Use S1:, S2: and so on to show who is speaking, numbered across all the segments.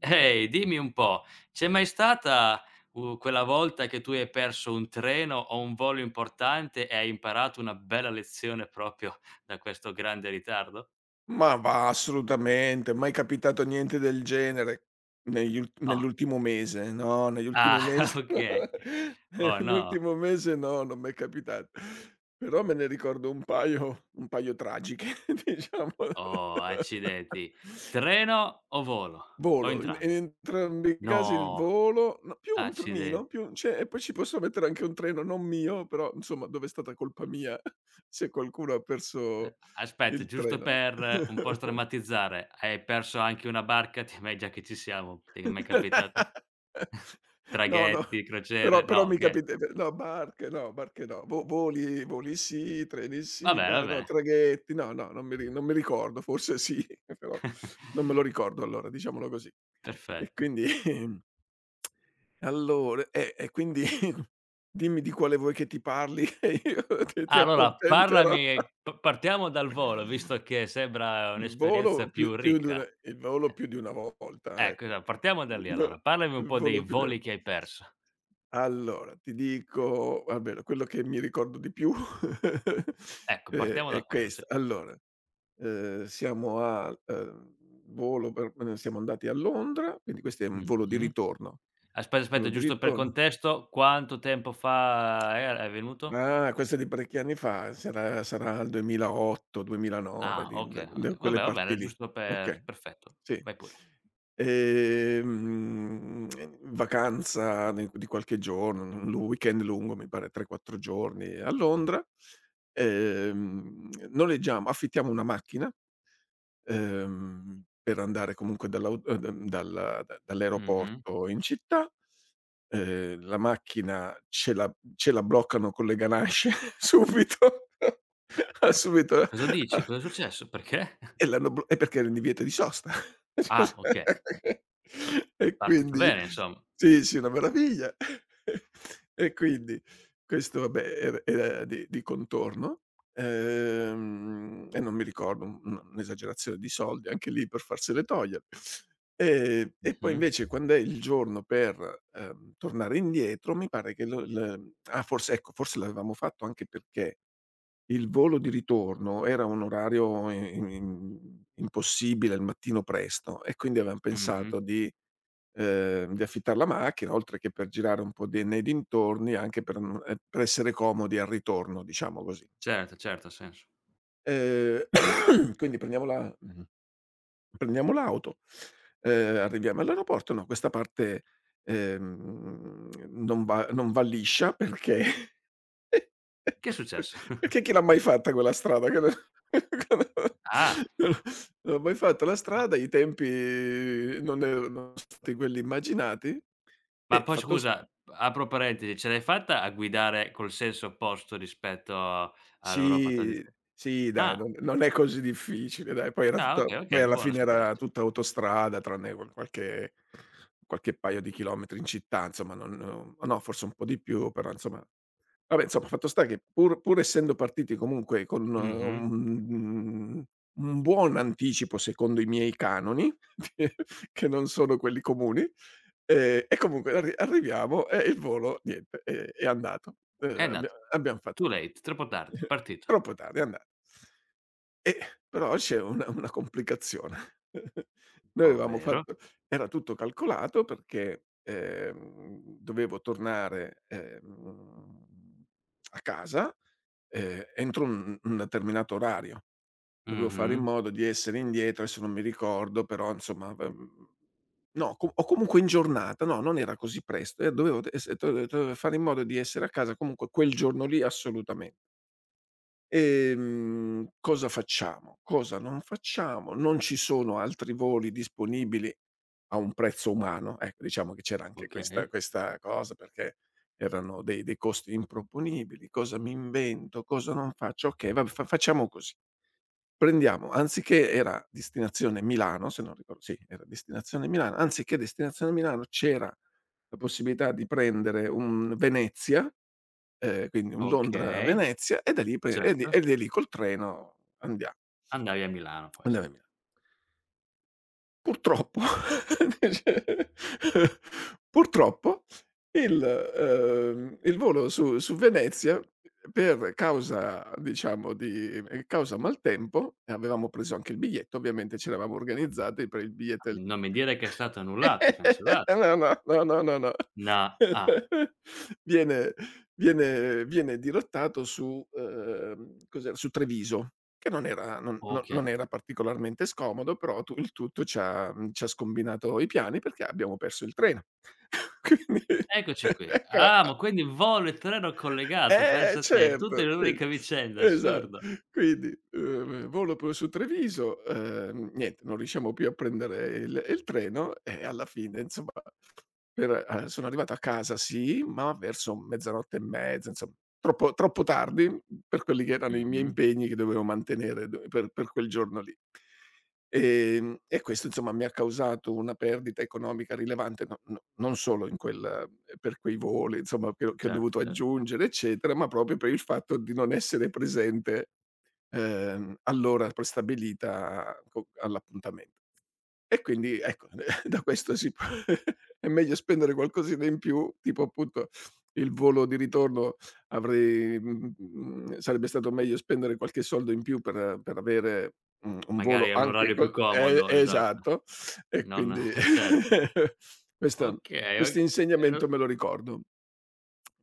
S1: Ehi, dimmi un po', c'è mai stata, quella volta che tu hai perso un treno o un volo importante e hai imparato una bella lezione proprio da questo grande ritardo?
S2: Ma va, assolutamente. Mai capitato niente del genere negli ul
S1: Oh,
S2: nell'ultimo mese. No, negli ultimi
S1: ah,
S2: mesi
S1: okay. Oh no.
S2: nell'ultimo mese no, non m'è capitato. Però me ne ricordo un paio tragiche, diciamo.
S1: Oh, accidenti. Treno o volo? O
S2: Volo, in
S1: entrambi?
S2: entrambi i casi il
S1: No,
S2: volo, no, più un trenino,
S1: accidenti.
S2: cioè e poi ci posso mettere anche un treno non mio, però insomma dove è stata colpa mia se qualcuno ha perso
S1: Aspetta,
S2: il
S1: giusto
S2: treno.
S1: per un po' strammatizzare, hai perso anche una barca? Ti ma già che ci siamo, ti è mai capitato?
S2: No, no,
S1: Traghetti,
S2: però
S1: crociere? No,
S2: però mi
S1: oka.
S2: capite pe no, barche no, barche no. Vo voli voli sì, treni
S1: Va
S2: sì,
S1: bene, va
S2: ma no,
S1: bene.
S2: traghetti no, no, non mi ricordo, forse sì, però non me lo ricordo allora, diciamolo così. E
S1: Perfetto.
S2: quindi allora e quindi dimmi di quale vuoi che ti parli che io ti
S1: Allora
S2: accontenterò.
S1: parlami p partiamo dal volo, visto che sembra
S2: Il
S1: un'esperienza
S2: volo
S1: più
S2: più più di
S1: ricca.
S2: una il volo
S1: Eh,
S2: più di una volta,
S1: ecco,
S2: ecco.
S1: esa partiamo da lì
S2: Il vo
S1: allora. Parlami un
S2: il
S1: po' dei
S2: volo più de
S1: voli che hai perso.
S2: Allora, ti dico almeno quello che mi ricordo di più
S1: Ecco,
S2: è
S1: partiamo
S2: è
S1: da quello,
S2: questa.
S1: sì.
S2: Allora, siamo a volo per siamo andati a Londra, quindi questo è un volo di
S1: Mh-mh.
S2: ritorno,
S1: Aspetta,
S2: volo
S1: aspetta,
S2: di
S1: giusto per
S2: ritorno
S1: contesto, quanto tempo fa er è venuto?
S2: ah, questo è di parecchi anni fa, sarà il 2008, 2009
S1: Ah,
S2: di
S1: okay,
S2: de de
S1: okay. Vabbè,
S2: quelle
S1: va
S2: parti
S1: bene,
S2: lì.
S1: giusto per
S2: Okay.
S1: perfetto,
S2: Sì.
S1: vai pure.
S2: Ehm, vacanza di qualche giorno, un lu weekend lungo, mi pare 3, 4 giorni a Londra. Noleggiamo affittiamo una macchina, per andare comunque dall'au dal da
S1: Mh-mh.
S2: dall'aeroporto in città. La macchina ce la bloccano con le ganasce subito, subito.
S1: Ma cosa dici? Cosa è successo? Perché?
S2: E l'hanno blo e perché era in divieto di sosta.
S1: Ah, okay,
S2: E
S1: partita
S2: quindi
S1: bene insomma.
S2: sì, sì, una meraviglia. E quindi questo vabbè er era di contorno, e non mi ricordo un'esagerazione di soldi anche lì per farsele togliere. E poi
S1: Mh-mh.
S2: invece quando è il giorno per, tornare indietro mi pare che lo l ah forse ecco, forse l'avevamo fatto anche perché il volo di ritorno era un orario i im impossibile al mattino presto e quindi avevam
S1: Mh-mh.
S2: pensato di affittar la macchina, oltre che per girare un po' de nei dintorni, anche per non per essere comodi al ritorno, diciamo così.
S1: Certo, certo, ha senso.
S2: Ehm, quindi prendiamo l'auto, arriviamo all'aeroporto. No, questa parte, non va liscia perché
S1: Che è successo?
S2: perché chi l'ha mai fatta quella strada? Che non
S1: Ah,
S2: non non ho mai fatto la
S1: ma
S2: strada, i tempi non erano stati quelli immaginati
S1: ma
S2: e
S1: poi
S2: fatto.
S1: scusa, apro parentesi, ce l'hai fatta a guidare col senso opposto rispetto a- all'Europa
S2: Sì,
S1: tradizio.
S2: sì dai,
S1: ah,
S2: non è così difficile dai,
S1: ah okay,
S2: poi
S1: okay,
S2: alla
S1: buono a
S2: fine era
S1: sapersi.
S2: tutta autostrada tranne quel qualche paio di chilometri in città insomma, non no, no, forse un po' di più però insomma vabbè insomma, fatto sta che pur essendo partiti comunque con
S1: Mh-mh.
S2: un buon anticipo secondo i miei canoni, che non sono quelli comuni. E comunque arriviamo e il volo niente, è andato.
S1: È andato
S2: Abbiam fatto
S1: too
S2: tardi.
S1: late, troppo tardi, partito.
S2: Troppo tardi, è andato. E però c'è una complicazione. Noi avevamo
S1: Ovvero.
S2: fatto Era tutto calcolato perché, dovevo tornare, a casa, entro un determinato orario. Dovevo fare in
S1: Mh-mh.
S2: modo di essere indietro, adesso non mi ricordo, però insomma, no, co o comunque in giornata, no, non era così presto, dovevo d esse do do fare in modo di essere a casa comunque quel giorno lì assolutamen cosa facciamo, cosa non facciamo, non ci sono altri voli disponibili a un prezzo umano, ecco, diciamo che c'era anche questa
S1: Okay,
S2: questa cosa, perché erano dei costi improponibili. Cosa mi invento, cosa non faccio? Okay, vabbè fa facciamo così. Prendiamo anziché era destinazione Milano, se non ricor sì, era destinazione Milano, anziché destinazione Milano c'era la possibilità di prendere un Venezia, quindi un.
S1: okay,
S2: Londra-Venezia e da lì pre e di e
S1: certo.
S2: da lì col treno
S1: Andavi a Milano poi,
S2: andiamo
S1: sì.
S2: a Mila Purtroppo, dice purtroppo il volo su Venezia per causa diciamo di causa maltempo, e avevamo preso anche il biglietto, ovviamente ce l'avevamo organizzati per il biglietto del.
S1: Non mi dire che è stato annullato, cancellato.
S2: No, no, no, no, no, no.
S1: No ah,
S2: Viene viene dirottato su, cos'era, su Treviso. Che non era
S1: okay.
S2: non era particolarmente scomodo, però tu il tutto ci ha scombinato i piani perché abbiamo perso il treno. Quindi
S1: Eccoci qui.
S2: ecco,
S1: Ah, ma
S2: a
S1: quindi volo e treno collegato,
S2: eh
S1: pensa te, tutto
S2: certo,
S1: in
S2: qui
S1: un'unica vicenda,
S2: esa
S1: assurdo.
S2: quindi, volo poi su Treviso, niente, non riusciamo più a prendere il treno e alla fine insomma per sono arrivato a casa sì, ma verso mezzanotte e mezza, insomma, troppo tardi per quelli che erano i miei
S1: Mh-mh.
S2: impegni che dovevo mantenere d per quel giorno lì. E questo insomma mi ha causato una perdita economica rilevante, no, no, non solo in quel per quei voli insomma che ho
S1: Certo,
S2: dovuto
S1: certo.
S2: aggiungere eccetera, ma proprio per il fatto di non essere presente, all'ora prestabilita co all'appuntamen e quindi ecco, da questo si può è meglio spendere qualcosina in più, tipo appunto il volo di ritorno avrei mhmm, sarebbe stato meglio spendere qualche soldo in più per avere, un volo
S1: Magari è un
S2: anche
S1: orario più
S2: co e
S1: comodo, esatto.
S2: esatto. E
S1: Non
S2: quindi
S1: eh certo.
S2: questa
S1: Okay, o
S2: questo
S1: ero
S2: insegnamento me lo ricordo.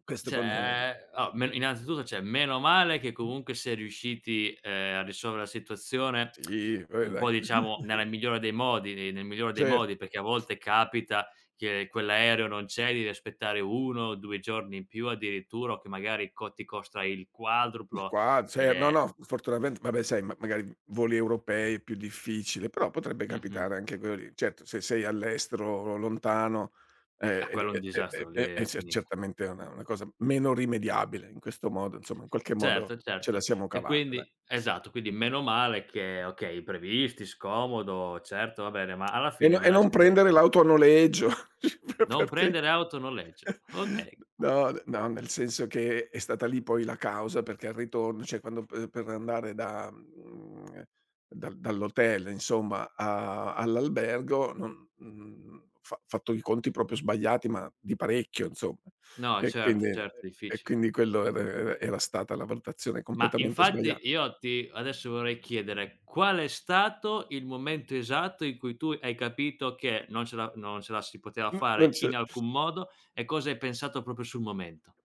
S2: Questo con
S1: Cioè, oh, men innanzitutto, cioè, meno male che comunque si è riusciti, a risolvere la situazione
S2: sì, poi
S1: un po'
S2: dai.
S1: diciamo nel migliore dei
S2: Cert
S1: modi, perché a volte capita che quell'aereo non c'è, devi aspettare 1 o 2 giorni in più addirittura, o che magari co ti costa il quadruplo.
S2: Qua
S1: Ed
S2: cioè no,
S1: è
S2: no, fortunatamente vabbè sai ma magari voli europei è più difficile, però potrebbe
S1: Mh-mh.
S2: capitare anche quello lì. Certo, se sei all'estero, lontano,
S1: Ah,
S2: ed
S1: quello è un disastro, lì
S2: è
S1: è
S2: cer
S1: finita.
S2: certamente una cosa meno rimediabile. In questo modo, insomma, in qualche modo
S1: Certo,
S2: ce la
S1: certo.
S2: siamo
S1: E
S2: cavata, dai.
S1: quindi esatto, quindi meno male che okay, imprevisti, scomodo, certo, va bene, ma alla
S2: E
S1: fine ve la
S2: non
S1: siete.
S2: prendere l'auto a noleggio
S1: Non
S2: perché
S1: prendere auto a noleggio. Okay.
S2: no, no, nel senso che è stata lì poi la causa perché al ritorno, cioè quando pe per andare da mhmm, dal dall'hotel insomma a all'albergo non mhmm, ho fa fatto i conti proprio sbagliati, ma di parecchio insomma.
S1: No,
S2: E quindi
S1: certo, certo,
S2: e
S1: difficile.
S2: quindi quello era stata la valutazione
S1: Ma
S2: completamente sbaglia.
S1: infatti io ti adesso vorrei chiedere qual è stato il momento esatto in cui tu hai capito che non ce la si poteva
S2: N non
S1: fare
S2: c'è.
S1: in alcun modo e cosa hai pensato proprio sul momento?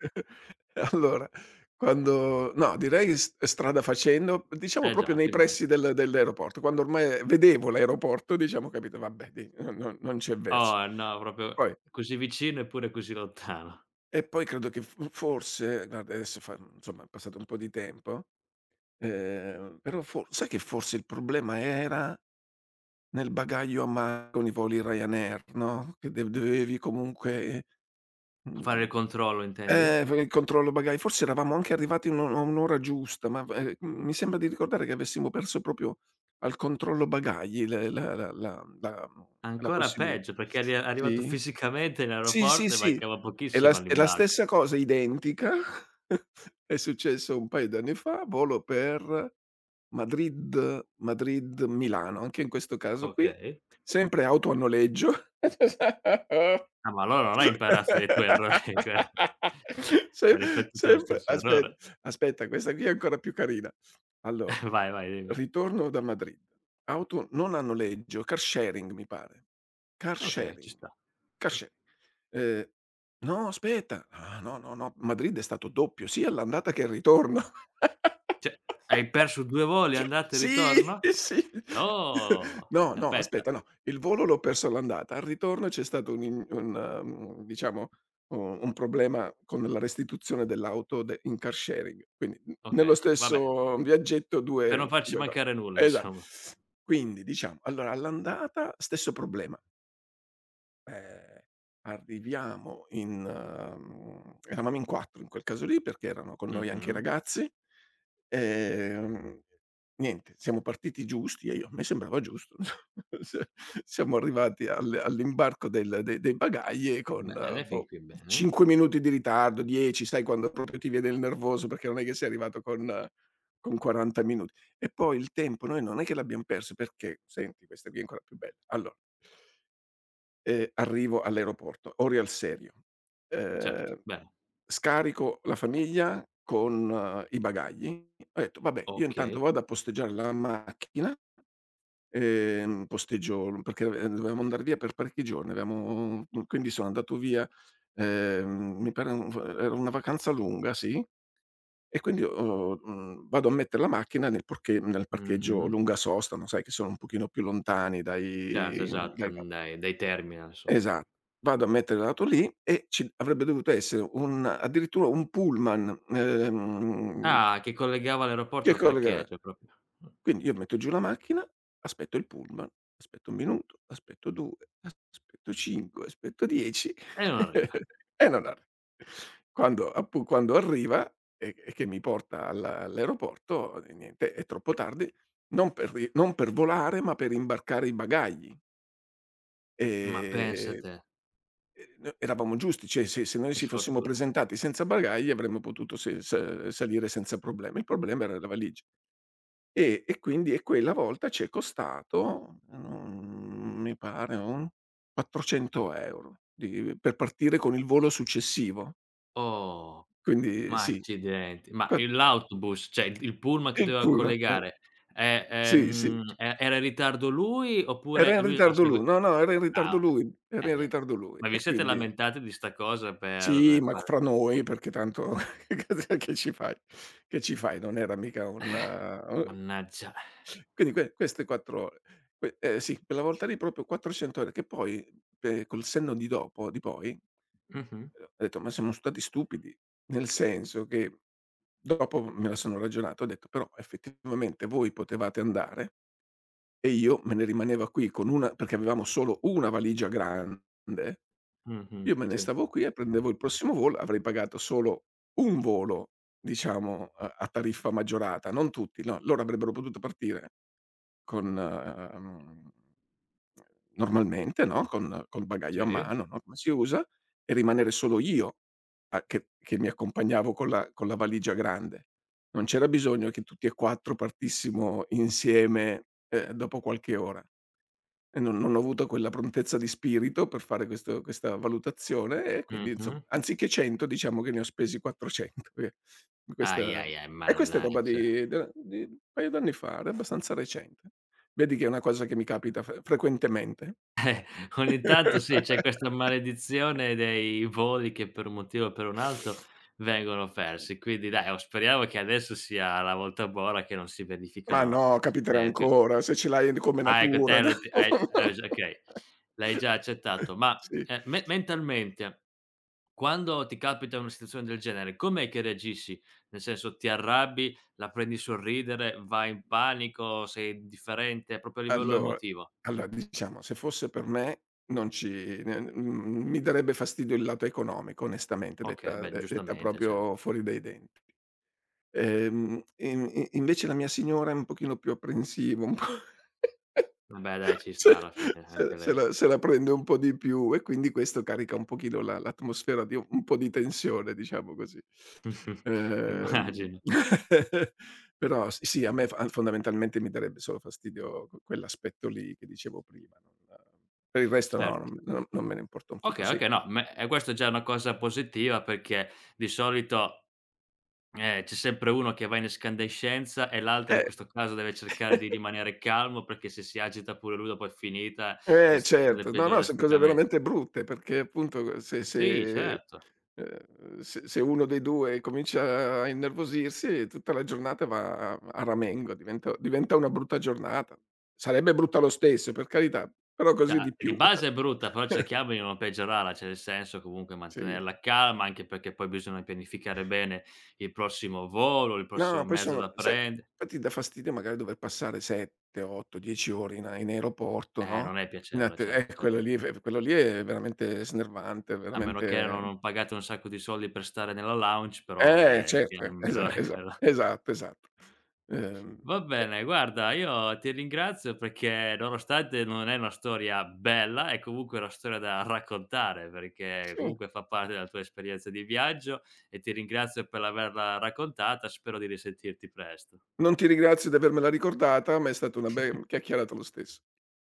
S2: Allora, quando no, direi s strada facendo, diciamo
S1: Eh
S2: proprio
S1: già,
S2: nei
S1: ti
S2: pressi
S1: immagino.
S2: dell'aeroporto, quando ormai vedevo l'aeroporto, diciamo, ho capito: "Vabbè di no, no, non c'è verso".
S1: Oh no, proprio
S2: Poi
S1: così vicino eppure così lontano.
S2: credo che f forse guarda adesso fa insomma è passato un po' di tempo, però for sai che forse il problema era nel bagaglio a mano con i voli Ryanair, no, che de dovevi comunque,
S1: Fare
S2: mhmm
S1: il controllo intendi?
S2: Per il controllo bagagli. Forse eravamo anche arrivati a un'ora giusta, ma v mi sembra di ricordare che avessimo perso proprio al controllo bagagli l la la la la mhmm, la
S1: Ancora
S2: possibili
S1: peggio perché eri arrivato
S2: sì?
S1: fisicamente in
S2: Sì, sì,
S1: aeroporto e
S2: sì.
S1: mancava
S2: È la
S1: pochissimo
S2: s è la
S1: all'imbarco.
S2: stessa cosa identica, è successo un paio d'anni fa, volo per Madrid-Milano, anche in questo caso qui,
S1: Okay.
S2: sempre auto a noleggio.
S1: Ah, ma allora non hai imparato dai tuoi errori, cioè
S2: Se
S1: hai ripetuto lo
S2: sempre
S1: stesso
S2: aspe
S1: errore.
S2: aspetta, questa qui è ancora più carina. Allora,
S1: Vai, vai, dimmi.
S2: ritorno da Madrid, auto non a noleggio, car sharing mi pare. Car
S1: Okay, ci
S2: sharing,
S1: sta.
S2: car
S1: Ci
S2: sharing. Ehm No, aspetta. Ah, no, no, no, Madrid è stato doppio, sia all'andata che al ritorno.
S1: Cioè, hai perso 2 voli andata e
S2: Sì,
S1: ritorno?
S2: sì.
S1: Oh,
S2: No, no,
S1: aspetta.
S2: aspetta, no. Il volo l'ho perso all'andata, al ritorno c'è stato un, diciamo, u un problema con la restituzione dell'auto de in car sharing. Quindi n nello
S1: Okay, vabbè,
S2: stesso viaggetto
S1: per
S2: 2
S1: non farci
S2: 2 cose.
S1: mancare nulla
S2: Esa
S1: insomma.
S2: quindi diciamo, allora all'andata stesso problema. Ehm, arriviamo eravamo in 4 in quel caso lì, perché erano con noi anche i
S1: Mh-mh.
S2: ragazzi. Ehm, niente, siamo partiti giusti e io a me sembrava giusto. S siamo arrivati al all'imbarco del de dei bagagli con,
S1: Bene, fin
S2: boh,
S1: qui bene.
S2: 5 minuti di ritardo, 10, sai quando proprio ti viene il nervoso, perché non è che sei arrivato con 40 minuti. E poi il tempo noi non è che l'abbiam perso perché senti, questa qui è ancora più bella. Arrivo all'aeroporto, ore al serio.
S1: Certo,
S2: Ehm,
S1: bene.
S2: scarico la famiglia con i bagagli. Ho detto: "Vabbè, io intanto
S1: Okay.
S2: vado a posteggiare la macchina", posteggio perché, dovevamo andar via per parecchi giorni, avevamo quindi sono andato via, mi pare un era una vacanza lunga, sì, e quindi vado a mettere la macchina nel parcheggio
S1: Mh-mh.
S2: lunga sosta, no, sai che sono un pochino più lontani
S1: Certo,
S2: dai
S1: esatto,
S2: dai
S1: dai terminal insomma.
S2: Esatto. Vado a mettere l'auto lì e ci avrebbe dovuto essere un addirittura un pullman,
S1: Ah, che collegava l'aeroporto
S2: che
S1: al
S2: collega.
S1: parcheggio proprio.
S2: Quindi io metto giù la macchina, aspetto il pullman, aspetto 1 minuto, aspetto 2, aspetto 5, aspetto 10,
S1: E non arriva.
S2: e non arri quando arriva e che mi porta alla all'aeroporto, e niente, è troppo tardi, non per volare, ma per imbarcare i bagagli.
S1: Ma pensa
S2: Ehm
S1: te,
S2: No, eravamo giusti, cioè se noi
S1: che
S2: ci fossimo
S1: sfortuna.
S2: presentati senza bagagli avremmo potuto se sa salire senza problemi. Il problema era la valigia. Quindi e quella volta ci è costato, mhmm, mi pare un 400 € di per partire con il volo successivo.
S1: Oh,
S2: Quindi
S1: ma
S2: sì.
S1: accidenti. Ma
S2: Qua
S1: il l'autobus, cioè il pullman che
S2: il
S1: doveva
S2: pullman, eh.
S1: collegare, è
S2: Sì, sì.
S1: era in ritardo lui
S2: Era
S1: oppure
S2: in
S1: lui ha
S2: ritardo lui.
S1: segui.
S2: No, no, era in
S1: Ah
S2: ritardo
S1: vabbè,
S2: lui, era in
S1: nien,
S2: ritardo lui
S1: ma vi
S2: e
S1: siete
S2: quindi.
S1: lamentati di 'sta cosa
S2: Sì, ma
S1: per
S2: fra noi perché tanto che ci fai? Che ci fai? Non era mica un
S1: mannaggia.
S2: quindi queste 4 ore que sì, quella volta lì proprio 400 ore che poi, col senno di dopo di poi,
S1: Mh-mh,
S2: ho detto: "Ma siamo stati stupidi." Nel senso che dopo me la sono ragionata, ho detto: "Però effettivamente voi potevate andare e io me ne rimaneva qui con una", perché avevamo solo una valigia grande,
S1: mh-mh,
S2: io me ne
S1: sì,
S2: stavo qui e prendevo il prossimo volo, avrei pagato solo un volo, diciamo, a tariffa maggiorata, non tutti, no, loro avrebbero potuto partire con, normalmente, no, con col bagaglio a
S1: sì,
S2: mano, no, come si usa, e rimanere solo io a che mi accompagnavo con la valigia grande. Non c'era bisogno che tutti e 4 partissimo insieme, dopo qualche ora. E non ho avuto quella prontezza di spirito per fare questo questa valutazione e quindi insomma,
S1: mh-mh.
S2: anziché 100 diciamo che ne ho spesi 400. Che
S1: Ahi,
S2: questa
S1: ahi, ahi,
S2: e questa è roba
S1: mannaggia.
S2: di un paio d'anni fa, era abbastanza recente. Vedi che è una cosa che mi capita frequentemente.
S1: Ogni tanto sì, c'è questa maledizione dei voli che per un motivo o per un altro vengono persi. Quindi dai, oh, speriamo che adesso sia la volta buona che non si
S2: Ma
S1: verificano,
S2: no, capiterà
S1: più.
S2: ancora, se ce l'hai come
S1: Ah ecco te
S2: natura.
S1: le t hai già okay, l'hai già accettato. Ma,
S2: Sì.
S1: me mentalmente quando ti capita una situazione del genere, com'è che reagisci? Nel senso, ti arrabbi, la prendi sul ridere, vai in panico, sei indifferente, proprio a livello
S2: Allora
S1: emotivo?
S2: allora, diciamo, se fosse per me non ci ne mhmm, mi darebbe fastidio il lato economico onestamente,
S1: Okay, beh
S2: detta
S1: giustamente, cer.
S2: proprio fuori dai denti. In in invece la mia signora è un pochino più apprensiva, un po'
S1: Vabbè dai, ci sta
S2: se
S1: alla fine anche
S2: se
S1: lei.
S2: la se la prende un po' di più e quindi questo carica un pochino la l'atmosfera di un po' di tensione, diciamo così. Ehm,
S1: Immagino,
S2: però s sì, a me fa fondamentalmente mi darebbe solo fastidio q quell'aspetto lì che dicevo prima, non per il resto no,
S1: certo.
S2: non me ne importa un fico,
S1: Okay,
S2: sì.
S1: okay, no, me e questo è già una cosa positiva perché di solito, c'è sempre uno che va in escandescenza e l'altro in
S2: Eh,
S1: questo caso deve cercare di rimanere calmo perché se si agita pure lui dopo è finita e
S2: eh
S1: s se
S2: certo, no,
S1: peggiora
S2: no, son cose
S1: drasticamente.
S2: veramente brutte perché appunto
S1: Sì, certo.
S2: se uno dei 2 comincia a innervosirsi tutta la giornata va a ramengo, diventa una brutta giornata. Sarebbe brutta lo stesso, per carità, però
S1: Cioè,
S2: così di
S1: di
S2: più.
S1: base è brutta, però cerchiamo di non peggiorarla, cioè nel senso comunque
S2: Sì.
S1: mantenerla calma, anche perché poi bisogna pianificare bene il prossimo volo, il
S2: No, no,
S1: prossimo
S2: poi
S1: mezzo da
S2: sono se
S1: prend.
S2: infatti dà fastidio magari dover passare 7, 8, 10 ore in aeroporto, no,
S1: Non è
S2: in
S1: piacevole,
S2: atte
S1: certo, cer,
S2: quello lì è veramente snervante,
S1: a meno che
S2: veramente.
S1: no non pagate un sacco di soldi per stare nella lounge, però non
S2: Eh,
S1: è il
S2: certo,
S1: piano migliore quello.
S2: esatto, esatto. Ehm,
S1: Va
S2: eh
S1: bene, guarda io ti ringrazio perché nonostante non è una storia bella, è comunque una storia da raccontare, perché
S2: sì,
S1: comunque fa parte della tua esperienza di viaggio e ti ringrazio per averla raccontata, spero di risentirti presto.
S2: non ti ringrazio di avermela ricordata, ma è stata una bella chiacchierata lo stesso.